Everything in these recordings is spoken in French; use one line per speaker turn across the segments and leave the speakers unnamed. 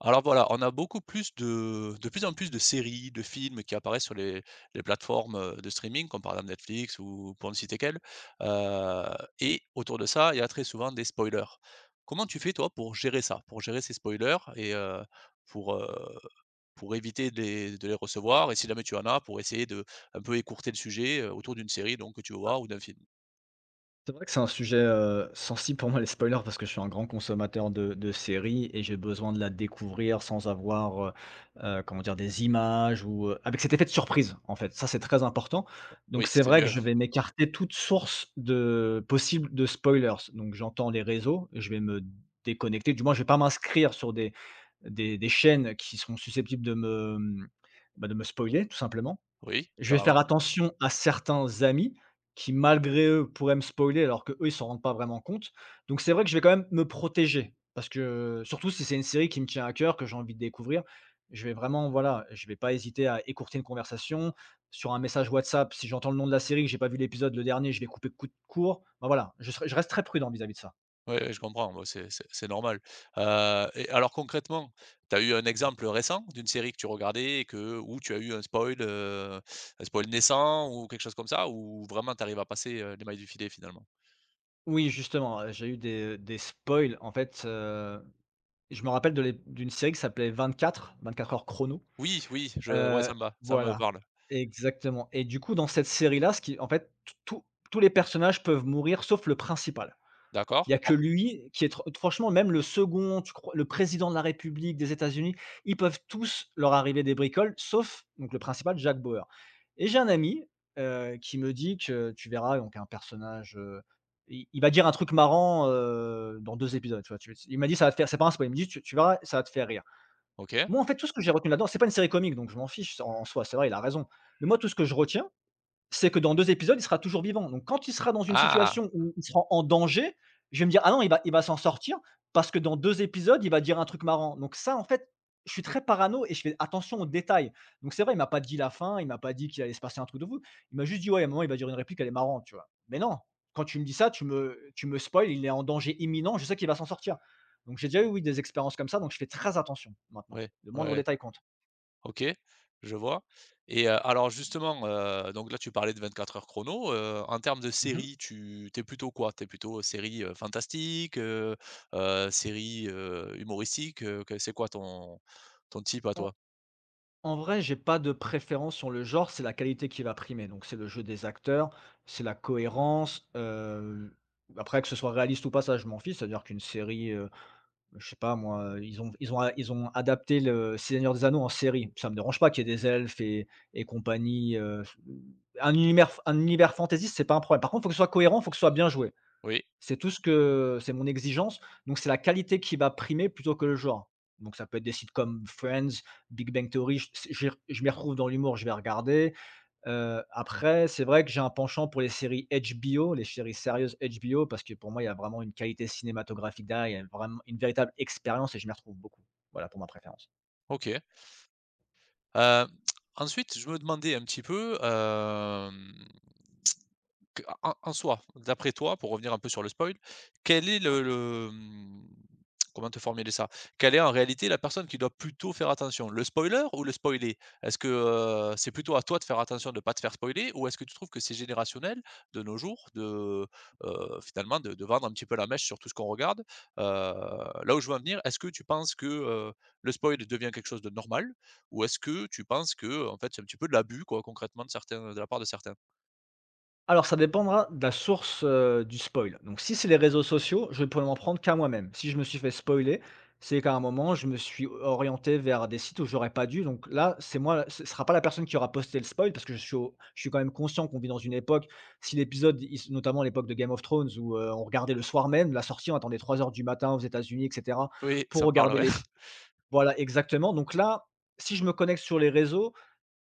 Alors voilà, on a beaucoup plus de plus en plus de séries, de films qui apparaissent sur les plateformes, de streaming comme par exemple Netflix ou pour ne citer qu'elle. heu et autour de ça, il y a très souvent des spoilers. Comment tu fais toi pour gérer ça? Pour gérer ces spoilers et pour pour éviter de les recevoir et si jamais tu en as, pour essayer de un peu écourter le sujet, autour d'une série donc que tu veux
Ouais,
voir ou d'un film?
c'est vrai que c'est un sujet, sensible pour moi les spoilers parce que je suis un grand consommateur de séries et j'ai besoin de la découvrir sans avoir, comment dire? Des images ou, avec cet effet de surprise en fait, ça c'est très important. Donc
Oui,
c'est
c'est
vrai que
mieux.
je vais m'écarter toute source de possible de spoilers. Donc j'entends les réseaux, je vais me déconnecter, du moins je vais pas m'inscrire sur des chaînes qui sont susceptibles de me, bah, de me spoiler tout simplement.
Oui,
Je vais faire
carrément.
attention à certains amis qui, malgré eux, pourraient me spoiler alors qu'eux, ils s'en rendent pas vraiment compte. Donc c'est vrai que je vais quand même me protéger parce que surtout si c'est une série qui me tient à cœur, que j'ai envie de découvrir, je vais vraiment voilà, je vais pas hésiter à écourter une conversation sur un message WhatsApp. Si j'entends le nom de la série, que j'ai pas vu l'épisode, le dernier, je vais couper coup de court. Ben voilà, je reste très prudent vis-à-vis de ça.
Oui, oui, je comprends, bah, c'est c'est normal. Et alors concrètement, tu as eu un exemple récent d'une série que tu regardais et que où tu as eu un spoil naissant ou quelque chose comme ça? Ou vraiment tu arrives à passer, les mailles du filet finalement?
Oui, justement, j'ai eu des spoils en fait, je me rappelle de l'ép d'une série qui s'appelait 24, 24 heures chrono.
Oui, oui, je ouais,
Heu,
ça me va, ça me
voilà,
parle.
exactement, et du coup, dans cette série-là, ce qui en fait, t tous tous les personnages peuvent mourir sauf le principal. Il y
D'accord.
a que
Oh,
lui qui est tr franchement, même le second, tu crois, le président de la République des États-Unis, ils peuvent tous leur arriver des bricoles sauf donc le principal, Jack Bauer. Et j'ai un ami, qui me dit que tu verras donc un personnage, il va dire un truc marrant, dans 2 épisodes, tu vois? Tu Il m'a dit: «Ça va te faire», c'est pas un spoil, il me dit: «Tu verras, ça va te faire rire».
OK.
Moi, en fait, tout ce que j'ai retenu là-dedans, c'est pas une série comique, donc je m'en fiche, s en soi, c'est vrai, il a raison. Mais moi, tout ce que je retiens, c'est que dans 2 épisodes, il sera toujours vivant. Donc quand il sera dans une
Ah!
situation où il sera en danger, je vais me dire: «Ah non, il va s'en sortir parce que dans 2 épisodes, il va dire un truc marrant». Donc ça, en fait, je suis très parano et je fais attention aux détails. Donc c'est vrai, il m'a pas dit la fin, il m'a pas dit qu'il allait se passer un truc de fou. Il m'a juste dit: «Ouais, à un moment, il va dire une réplique, elle est marrante», tu vois? Mais non, quand tu me dis ça, tu me spoil, il est en danger imminent, je sais qu'il va s'en sortir. Donc j'ai déjà eu, oui, des expériences comme ça, donc je fais très attention maintenant.
Oui,
Le
ouais,
moindre
ouais.
détail compte.
OK, je vois et alors justement, donc là tu parlais de 24 heures chrono, en termes de
Mmh.
série, tu es plutôt quoi? T'es plutôt, série, fantastique, série, humoristique, que c'est quoi ton type à toi?
En vrai, j'ai pas de préférence sur le genre, c'est la qualité qui va primer. Donc c'est le jeu des acteurs, c'est la cohérence, après que ce soit réaliste ou pas, ça je m'en fiche, c'est-à-dire qu'une série, je sais pas moi, ils ont adapté le Seigneur des Anneaux en série. Ça me dérange pas qu'il y ait des elfes et compagnie, un univers fantaisiste, c'est pas un problème. Par contre, il faut que ce soit cohérent, il faut que ce soit bien joué.
Oui,
C'est tout, ce que c'est mon exigence, donc c'est la qualité qui va primer plutôt que le genre. Donc ça peut être des sites comme Friends, Big Bang Theory, j c'est je m'y retrouve dans l'humour, je vais regarder. Après, c'est vrai que j'ai un penchant pour les séries HBO, les séries sérieuses HBO, parce que pour moi, il y a vraiment une qualité cinématographique derrière, il y a vraiment une véritable expérience et je m'y retrouve beaucoup. Voilà pour ma préférence.
OK, heu, ensuite je me demandais un petit peu, hem que en en soi, d'après toi, pour revenir un peu sur le spoil, quel est
Ouais.
le comment te formuler ça? Quelle est en réalité la personne qui doit plutôt faire attention? Le spoiler ou le spoilé? Est-ce que, c'est plutôt à toi de faire attention de ne pas te faire spoiler ou est-ce que tu trouves que c'est générationnel de nos jours de, finalement de vendre un petit peu la mèche sur tout ce qu'on regarde? Là où je veux en venir, est-ce que tu penses que, le spoil devient quelque chose de normal ou est-ce que tu penses que en fait, c'est un petit peu de l'abus quoi concrètement de certains de la part de certains?
Alors, ça dépendra de la source, du spoil. Donc si c'est les réseaux sociaux, je ne pourrais m'en prendre qu'à moi-même. Si je me suis fait spoiler, c'est qu'à un moment, je me suis orienté vers des sites où j'aurais pas dû. Donc là, c'est moi, ce sera pas la personne qui aura posté le spoil parce que je suis quand même conscient qu'on vit dans une époque, si l'épisode, il se notamment l'époque de Game of Thrones où, on regardait le soir même, la sortie, on attendait 3 heures du matin aux États-Unis, et cetera,
Oui,
pour
ça me parle,
regarder
ouais.
les voilà, exactement. Donc là, si je me connecte sur les réseaux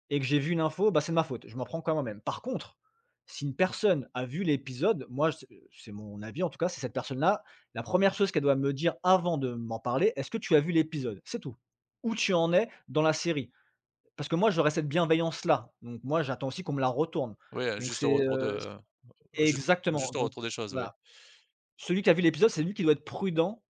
et que j'ai vu une info, bah, c'est de ma faute. Je m'en prends quand moi-même. Par contre, si une personne a vu l'épisode, moi, c'est mon avis en tout cas, c'est cette personne-là, la première chose qu'elle doit me dire avant de m'en parler, est-ce que tu as vu l'épisode? C'est tout. Où tu en es dans la série? Parce que moi, j'aurais cette bienveillance-là. Donc moi, j'attends aussi qu'on me la retourne.
Oui,
Donc
juste
c'est,
au retour
Mmh.
de juste
Exactement.
juste au
Donc
retour des choses, oui.
voilà. Celui qui a vu l'épisode, c'est lui qui doit être prudent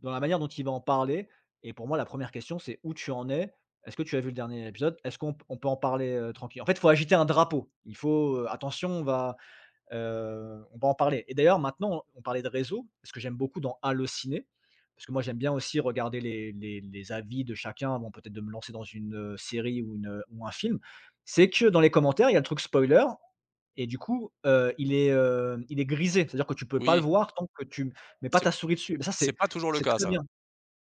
dans la manière dont il va en parler et pour moi, la première question, c'est: «Où tu en es? Est-ce que tu as vu le dernier épisode? Est-ce qu'on p on peut en parler, tranquille?» En fait, il faut agiter un drapeau. Il faut: «Attention, on va en parler». Et d'ailleurs, maintenant, on parlait de réseau, ce que j'aime beaucoup dans Allociné, parce que moi, j'aime bien aussi regarder les avis de chacun avant peut-être de me lancer dans une, série ou ou un film, c'est que dans les commentaires, il y a le truc spoiler et du coup, il est grisé. C'est-à-dire que tu peux pas le
Oui,
voir tant que tu mets pas
c'est
ta souris dessus. Mais ça, c'est
pas toujours le
c'est
cas
très
ça.
bien.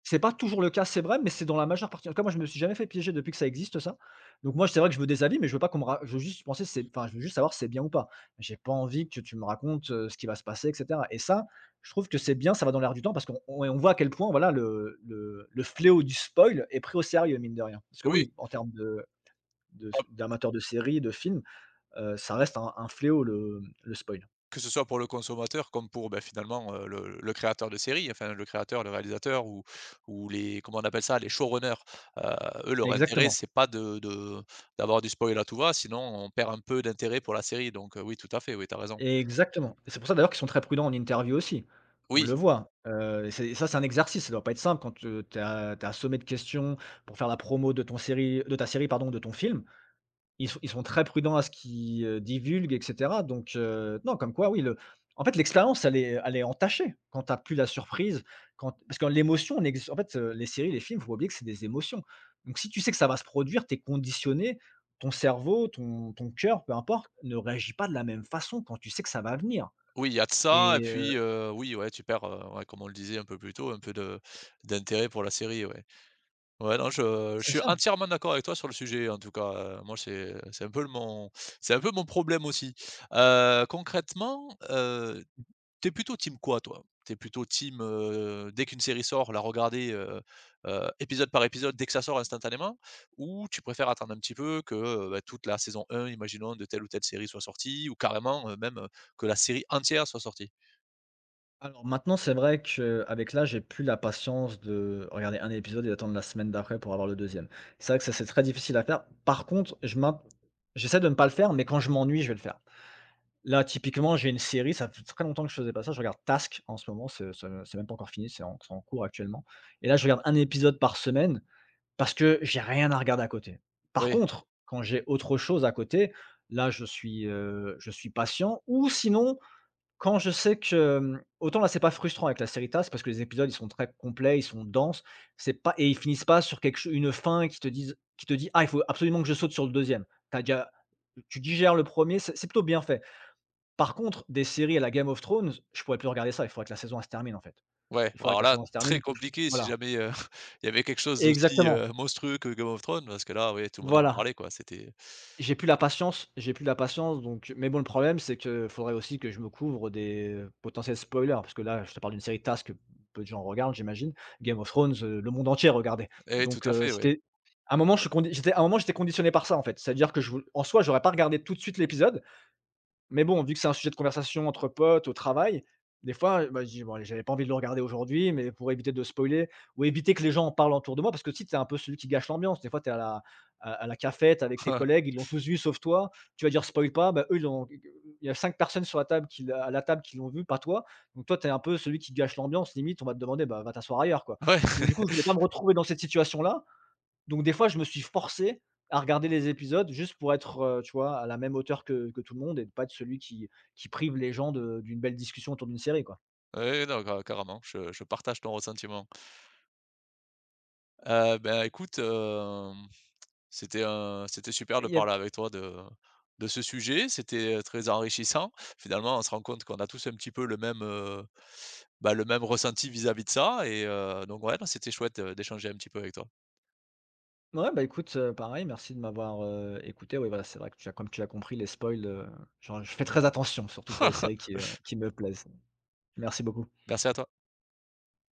C'est pas toujours le cas, c'est vrai, mais c'est dans la majeure partie, en tout cas, moi, je me suis jamais fait piéger depuis que ça existe ça. Donc moi, c'est vrai que je veux des avis, mais je veux pas qu'on me ra je veux juste savoir si c'est bien ou pas. J'ai pas envie que tu me racontes, ce qui va se passer, et cetera. Et ça, je trouve que c'est bien, ça va dans l'air du temps parce qu'on voit à quel point, voilà, le fléau du spoil est pris au sérieux, mine de rien. Parce que
Oui,
oui, en termes de s
hop,
d'amateurs de séries, de films, ça reste un fléau, le spoil.
que ce soit pour le consommateur comme pour, bah, finalement, le créateur de série, enfin le créateur, le réalisateur ou les comment on appelle ça? Les showrunners, heu, eux, leur intérêt,
Exactement,
c'est pas de d'avoir du spoil à tout va, sinon on perd un peu d'intérêt pour la série, donc oui, tout à fait, oui, tu as raison.
exactement. Et c'est pour ça d'ailleurs qu'ils sont très prudents en interview aussi. On
Oui,
le voit, et ça c'est un exercice, ça doit pas être simple quand, tu es assommé de questions pour faire la promo de ta série, pardon, de ton film. Ils sont très prudents à ce qu'ils, divulguent, et cetera. Donc non, comme quoi oui, le en fait, l'expérience, elle est entachée quand tu as plus la surprise, quand parce que l'émotion n'existe, en fait, les séries, les films, il faut pas oublier que c'est des émotions, donc si tu sais que ça va se produire, tu es conditionné, ton cerveau, ton cœur, peu importe, ne réagit pas de la même façon quand tu sais que ça va venir
oui, il y a de ça et
et heu
puis, oui, ouais, tu perds, ouais, comme on le disait un peu plus tôt, un peu de d'intérêt pour la série, ouais. Ouais, non, je
c'est
suis
ça.
entièrement d'accord avec toi sur le sujet, en tout cas, moi, c'est un peu le mon c'est un peu mon problème aussi. Concrètement, tu plutôt team quoi, toi? T'es plutôt team, dès qu'une série sort, la regarder, épisode par épisode, dès que ça sort instantanément? Ou tu préfères attendre un petit peu que, bah, toute la saison 1, imaginons, de telle ou telle série soit sortie ou carrément, même, que la série entière soit sortie?
Alors maintenant, c'est vrai qu'avec là, j'ai plus la patience de regarder un épisode et d'attendre la semaine d'après pour avoir le deuxième. C'est vrai que ça, c'est très difficile à faire. Par contre, je m'in j'essaie de ne pas le faire, mais quand je m'ennuie, je vais le faire. Là, typiquement, j'ai une série, ça fait très longtemps que je faisais pas ça, je regarde Task en ce moment, c'est même pas encore fini, c'est en cours actuellement, et là, je regarde un épisode par semaine parce que j'ai rien à regarder à côté. Par
Oui.
contre, quand j'ai autre chose à côté, là, je suis patient. Ou sinon, quand je sais que, autant là, c'est pas frustrant avec la Sérita, c'est parce que les épisodes, ils sont très complets, ils sont denses, c'est pas et ils finissent pas sur quelque cho une fin qui te dit: «Ah, il faut absolument que je saute sur le deuxième. T'as déjà tu digères le premier, c'est plutôt bien fait». Par contre, des séries à la Game of Thrones, je pourrais plus regarder ça, il faudrait que la saison, elle se termine, en fait.
Ouais,
Il
bah,
faudrait que
alors
la
là,
saison se
très
termine, je
compliqué si
voilà.
jamais, il y avait quelque chose d'aussi,
Exactement,
monstrueux que Game of Thrones, parce que là, oui, tout le monde en
voilà.
parlait, quoi, c'était
J'ai plus la patience, donc, mais bon, le problème, c'est que faudrait aussi que je me couvre des potentiels spoilers, parce que là, je te parle d'une série TASS que peu de gens regardent, j'imagine. Game of Thrones, le monde entier regardait.
eh oui, tout
Donc
à fait, ouais.
c'était à un moment, je suis condi j'étais à un moment, j'étais conditionné par ça, en fait. C'est-à-dire que je vou en soi, j'aurais pas regardé tout de suite l'épisode, mais bon, vu que c'est un sujet de conversation entre potes au travail, des fois, bah, je dis: «Bon allez, j'avais pas envie de le regarder aujourd'hui», mais pour éviter de spoiler ou éviter que les gens en parlent autour de moi, parce que aussi tu es un peu celui qui gâche l'ambiance. Des fois, tu es à la cafette avec tes collègues, ils l'ont tous vu sauf toi. Tu vas dire: «Spoil pas», bah, eux ils l'ont il y a 5 personnes sur la table qui l'a à la table qui l'ont vu, pas toi. Donc toi, tu es un peu celui qui gâche l'ambiance, limite on va te demander: «Bah, va t'asseoir ailleurs», quoi.
Ouais,
Donc du coup, je voulais pas me retrouver dans cette situation-là, donc des fois, je me suis forcé à regarder les épisodes juste pour être, tu vois, à la même hauteur que tout le monde, et de pas être celui qui prive les gens de d'une belle discussion autour d'une série, quoi.
ouais, non, ca carrément, je partage ton ressentiment. Bah, écoute, c'était, c'était super de
Il y a
parler avec toi de ce sujet, c'était, très enrichissant. Finalement, on se rend compte qu'on a tous un petit peu le même, bah, le même ressenti vis-à-vis de ça et donc ouais, non, c'était chouette, d'échanger un petit peu avec toi.
ouais, bah, écoute, pareil, merci de m'avoir, écouté. Oui, voilà, c'est vrai que tu as comme tu l'as compris, les spoils, j'en je fais très attention, surtout pour les séries qui me plaisent. Merci beaucoup.
Merci à toi.